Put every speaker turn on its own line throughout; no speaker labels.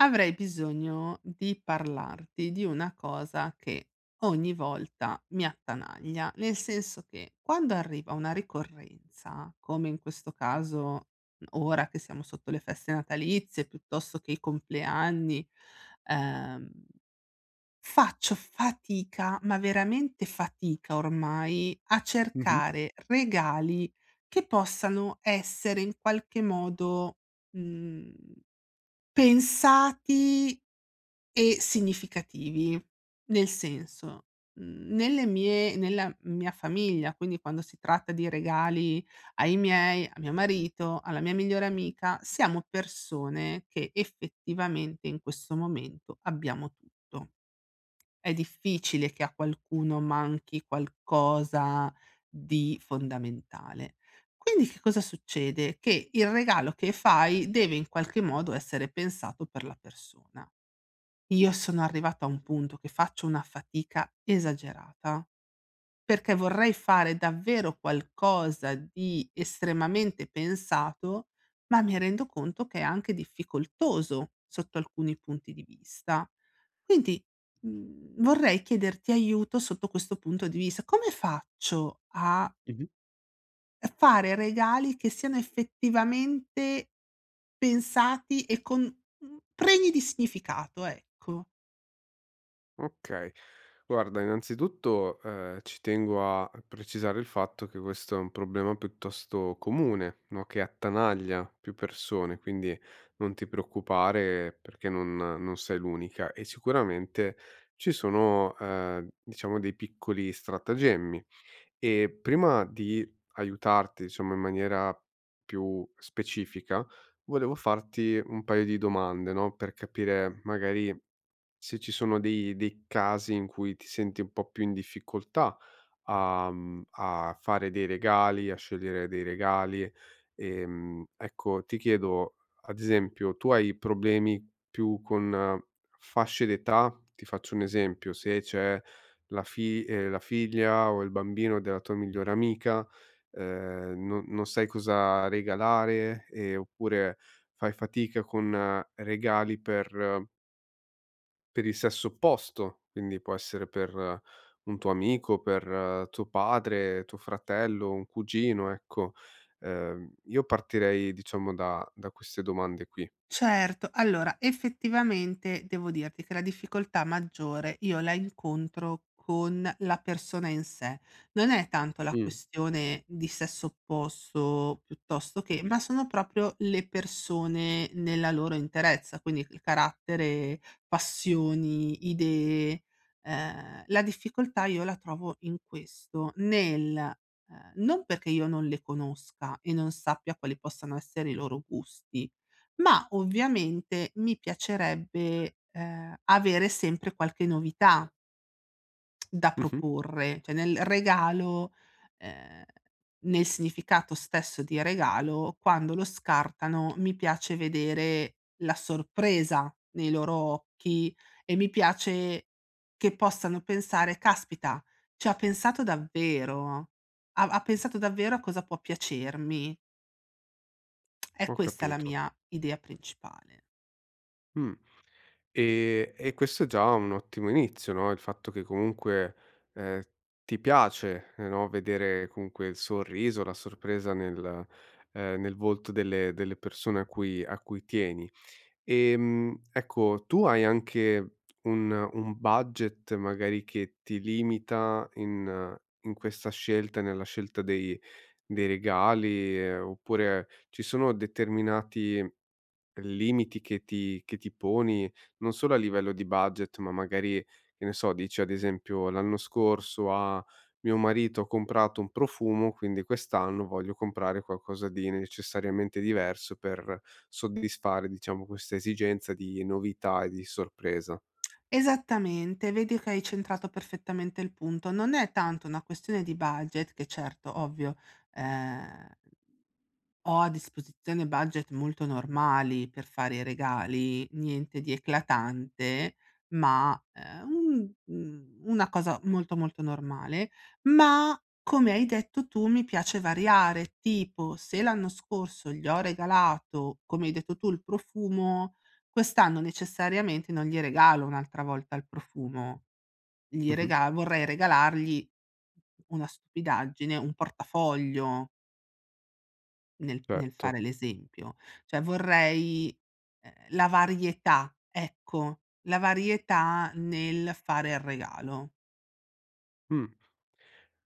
Avrei bisogno di parlarti di una cosa che ogni volta mi attanaglia, nel senso che quando arriva una ricorrenza, come in questo caso ora che siamo sotto le feste natalizie piuttosto che i compleanni, ehm, faccio fatica, ma veramente fatica ormai, a
Mh-mh,
cercare regali che possano essere in qualche modo, mhmm, pensati e significativi. Nel senso, nelle mie nella mia famiglia, quindi quando si tratta di regali ai miei, a mio marito, alla mia migliore amica, siamo persone che effettivamente in questo momento abbiamo tutto. È difficile che a qualcuno manchi qualcosa di fondamentale. Quindi che cosa succede? Che il regalo che fai deve in qualche modo essere pensato per la persona. Io sono arrivata a un punto che faccio una fatica esagerata, perché vorrei fare davvero qualcosa di estremamente pensato, ma mi rendo conto che è anche difficoltoso sotto alcuni punti di vista. Quindi, vorrei chiederti aiuto sotto questo punto di vista. Come faccio a
mh-mh.
fare regali che siano effettivamente pensati e con pregni di significato, ecco?
Okay. Guarda, innanzitutto, ci tengo a precisare il fatto che questo è un problema piuttosto comune, no, che attanaglia più persone, quindi non ti preoccupare perché non sei l'unica e sicuramente ci sono, diciamo dei piccoli stratagemmi. E prima di aiutarti, diciamo, in maniera più specifica, volevo farti un paio di domande, no, per capire magari se ci sono dei casi in cui ti senti un po' più in difficoltà a a fare dei regali, a scegliere dei regali, ecco, ti chiedo, ad esempio, tu hai problemi più con fasce d'età? Ti faccio un esempio: se c'è la figlia o il bambino della tua migliore amica, non sai cosa regalare, oppure fai fatica con regali per il sesso opposto, quindi può essere per un tuo amico, per tuo padre, tuo fratello, un cugino, ecco. Io partirei diciamo da queste domande qui.
Certo. Allora, effettivamente devo dirti che la difficoltà maggiore io la incontro con la persona in sé. Non è tanto la
Mh.
questione di sesso opposto piuttosto che ma sono proprio le persone nella loro interezza, quindi il carattere, passioni, idee. La difficoltà io la trovo in questo, nel non perché io non le conosca e non sappia quali possano essere i loro gusti, ma ovviamente mi piacerebbe, avere sempre qualche novità da
Mh-mh.
proporre, cioè nel regalo, ehm, nel significato stesso di regalo, quando lo scartano mi piace vedere la sorpresa nei loro occhi e mi piace che possano pensare: "Caspita, ci ha pensato davvero, ha pensato davvero a cosa può piacermi." È
Ho
questa la
capito.
mia idea principale.
Mh. E questo è già un ottimo inizio, no, il fatto che comunque, ehm, ti piace, no, vedere comunque il sorriso, la sorpresa nel nel volto delle persone a cui tieni. Ecco, tu hai anche un budget magari che ti limita in in questa scelta, nella scelta dei regali, oppure ci sono determinati limiti che ti poni, non solo a livello di budget, ma magari, che ne so, dici ad esempio: "L'anno scorso a mio marito ho comprato un profumo, quindi quest'anno voglio comprare qualcosa di necessariamente diverso per soddisfare, diciamo, questa esigenza di novità e di sorpresa."
Esattamente, vedi che hai centrato perfettamente il punto. Non è tanto una questione di budget, che certo, ovvio, ehm, ho a disposizione budget molto normali per fare i regali, niente di eclatante, ma, una cosa molto, molto normale, ma come hai detto tu mi piace variare, tipo se l'anno scorso gli ho regalato, come hai detto tu, il profumo. Quest'anno necessariamente non gli regalo un'altra volta il profumo, gli
Mh-mh,
rega vorrei regalargli una stupidaggine, un portafoglio nel
certo.
fare l'esempio. Cioè vorrei, la varietà, ecco, la varietà nel fare il regalo.
Mh.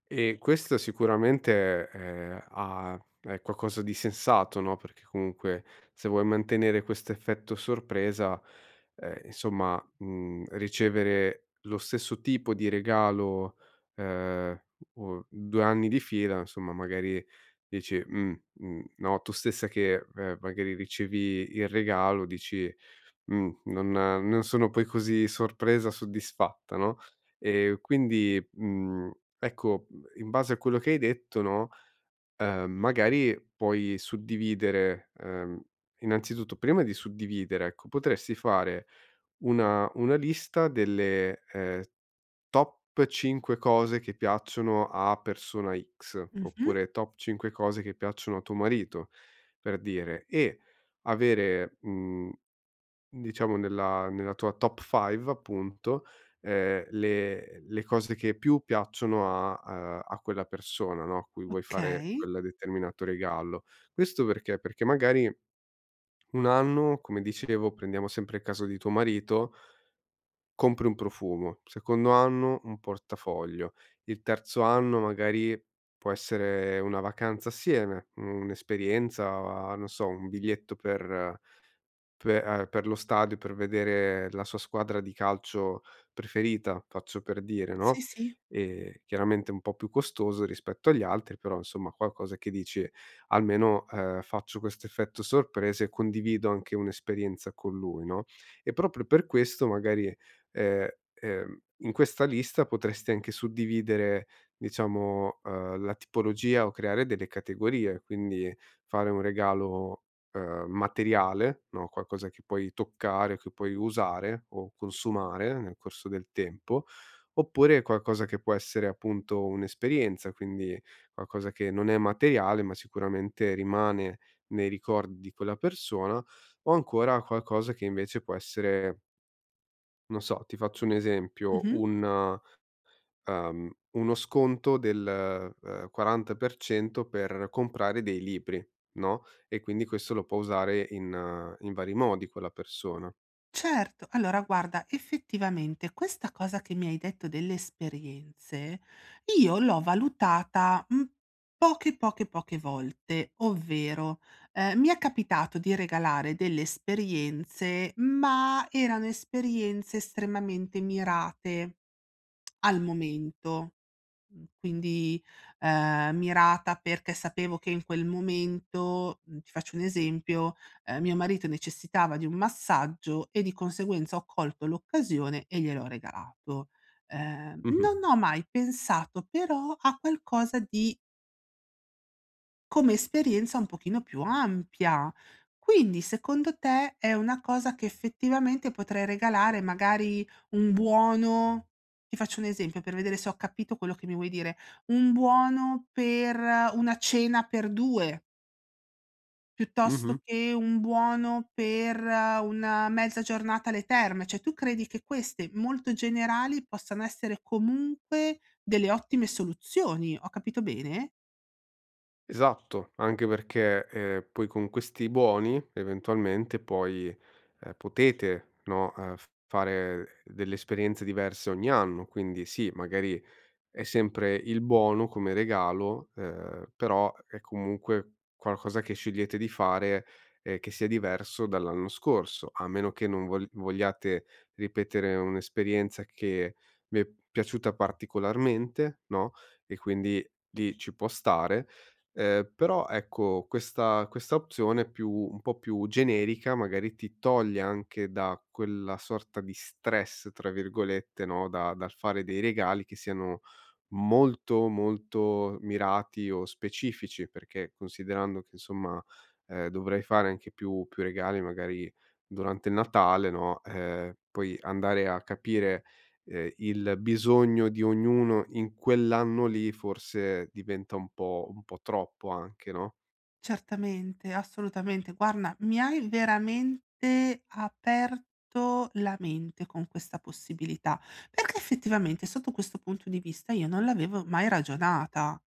E questo sicuramente, ha è qualcosa di sensato, no, perché comunque se vuoi mantenere questo effetto sorpresa, insomma, ricevere lo stesso tipo di regalo, ehm, o 2 anni di fila, insomma, magari dici: mhmm", no, tu stessa che, magari ricevi il regalo dici: mh, non sono poi così sorpresa, soddisfatta, no, quindi, ecco, in base a quello che hai detto, no, magari puoi suddividere, innanzitutto prima di suddividere, ecco, potresti fare una lista delle, top 5 cose che piacciono a persona X,
Mh-mh,
oppure top 5 cose che piacciono a tuo marito, per dire, e avere, diciamo nella tua top 5 appunto, le cose che più piacciono a a quella persona, no, a cui vuoi fare
okay.
quel determinato regalo. Questo perché? Perché magari 1 anno, come dicevo, prendiamo sempre il caso di tuo marito, compri un profumo, secondo anno un portafoglio, il terzo anno magari può essere una vacanza assieme, un'esperienza, non so, un biglietto per Pe per lo stadio, per vedere la sua squadra di calcio preferita, faccio per dire,
Sì,
no,
sì.
chiaramente un po' più costoso rispetto agli altri, però insomma qualcosa che dici: "Almeno, faccio questo effetto sorpresa e condivido anche un'esperienza con lui", no, e proprio per questo magari, ehm, in questa lista potresti anche suddividere, diciamo, la tipologia o creare delle categorie, quindi fare un regalo materiale, no, qualcosa che puoi toccare, che puoi usare o consumare nel corso del tempo, oppure qualcosa che può essere appunto un'esperienza, quindi qualcosa che non è materiale, ma sicuramente rimane nei ricordi di quella persona, o ancora qualcosa che invece può essere, non so, ti faccio un esempio,
Mh-mh.
un uno sconto del, 40% per cento per comprare dei libri, no, e quindi questo lo può usare in in vari modi quella persona.
Certo, allora guarda, effettivamente questa cosa che mi hai detto delle esperienze, io l'ho valutata, poche, poche, poche volte, ovvero, mi è capitato di regalare delle esperienze, ma erano esperienze estremamente mirate al momento. Quindi, mirata perché sapevo che in quel momento ti faccio un esempio, mio marito necessitava di un massaggio e di conseguenza ho colto l'occasione e gliel'ho regalato.
Mh-mh,
Non ho mai pensato però a qualcosa di come esperienza un pochino più ampia. Quindi secondo te è una cosa che effettivamente potrei regalare, magari un buono, ti faccio un esempio per vedere se ho capito quello che mi vuoi dire, un buono per una cena per 2, piuttosto
mh-mh.
che un buono per una mezza giornata alle terme. Cioè tu credi che queste molto generali possano essere comunque delle ottime soluzioni, ho capito bene?
Esatto, anche perché, poi con questi buoni eventualmente poi, potete, no, f fare delle esperienze diverse ogni anno, quindi sì, magari è sempre il buono come regalo, però è comunque qualcosa che scegliete di fare, che sia diverso dall'anno scorso, a meno che non vol vogliate ripetere un'esperienza che vi è piaciuta particolarmente, no, e quindi lì ci può stare. Però ecco questa opzione più un po' più generica magari ti toglie anche da quella sorta di "stress" tra virgolette, no, da dal fare dei regali che siano molto, molto mirati o specifici, perché considerando che insomma, dovrei fare anche più regali magari durante il Natale, no, poi andare a capire, il bisogno di ognuno in quell'anno lì forse diventa un po' troppo anche, no?
Certamente, assolutamente. Guarda, mi hai veramente aperto la mente con questa possibilità, perché effettivamente sotto questo punto di vista io non l'avevo mai ragionata.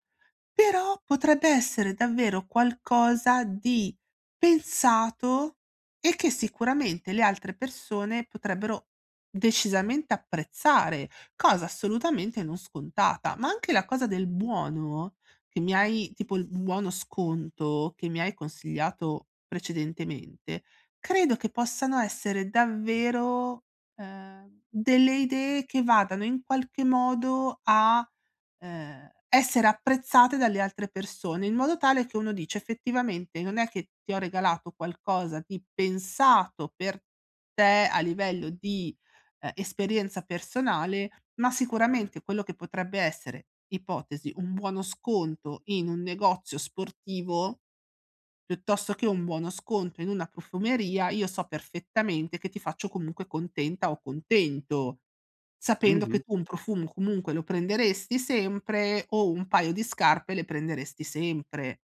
Però potrebbe essere davvero qualcosa di pensato e che sicuramente le altre persone potrebbero decisamente apprezzare, cosa assolutamente non scontata. Ma anche la cosa del buono che mi hai, tipo il buono sconto che mi hai consigliato precedentemente, credo che possano essere davvero, delle idee che vadano in qualche modo a, essere apprezzate dalle altre persone, in modo tale che uno dice: "Effettivamente non è che ti ho regalato qualcosa di pensato per te a livello di, esperienza personale, ma sicuramente quello che potrebbe essere, ipotesi, un buono sconto in un negozio sportivo" piuttosto che un buono sconto in una profumeria, io so perfettamente che ti faccio comunque contenta o contento, sapendo che
Mh-mh.
tu un profumo comunque lo prenderesti sempre o un paio di scarpe le prenderesti sempre.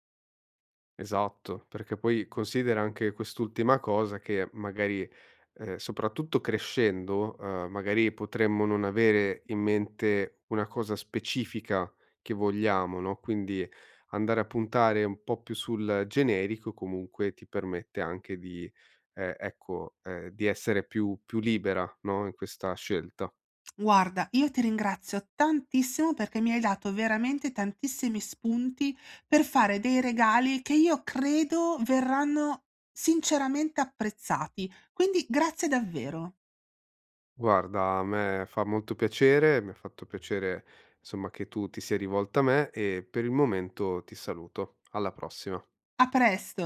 Esatto, perché poi considera anche quest'ultima cosa che magari, soprattutto crescendo, magari potremmo non avere in mente una cosa specifica che vogliamo, no, quindi andare a puntare un po' più sul generico comunque ti permette anche di, ecco, di essere più libera, no, in questa scelta.
Guarda, io ti ringrazio tantissimo perché mi hai dato veramente tantissimi spunti per fare dei regali che io credo verranno sinceramente apprezzati. Quindi grazie davvero.
Guarda, a me fa molto piacere, mi ha fatto piacere, insomma, che tu ti sia rivolta a me e per il momento ti saluto. Alla prossima.
A presto.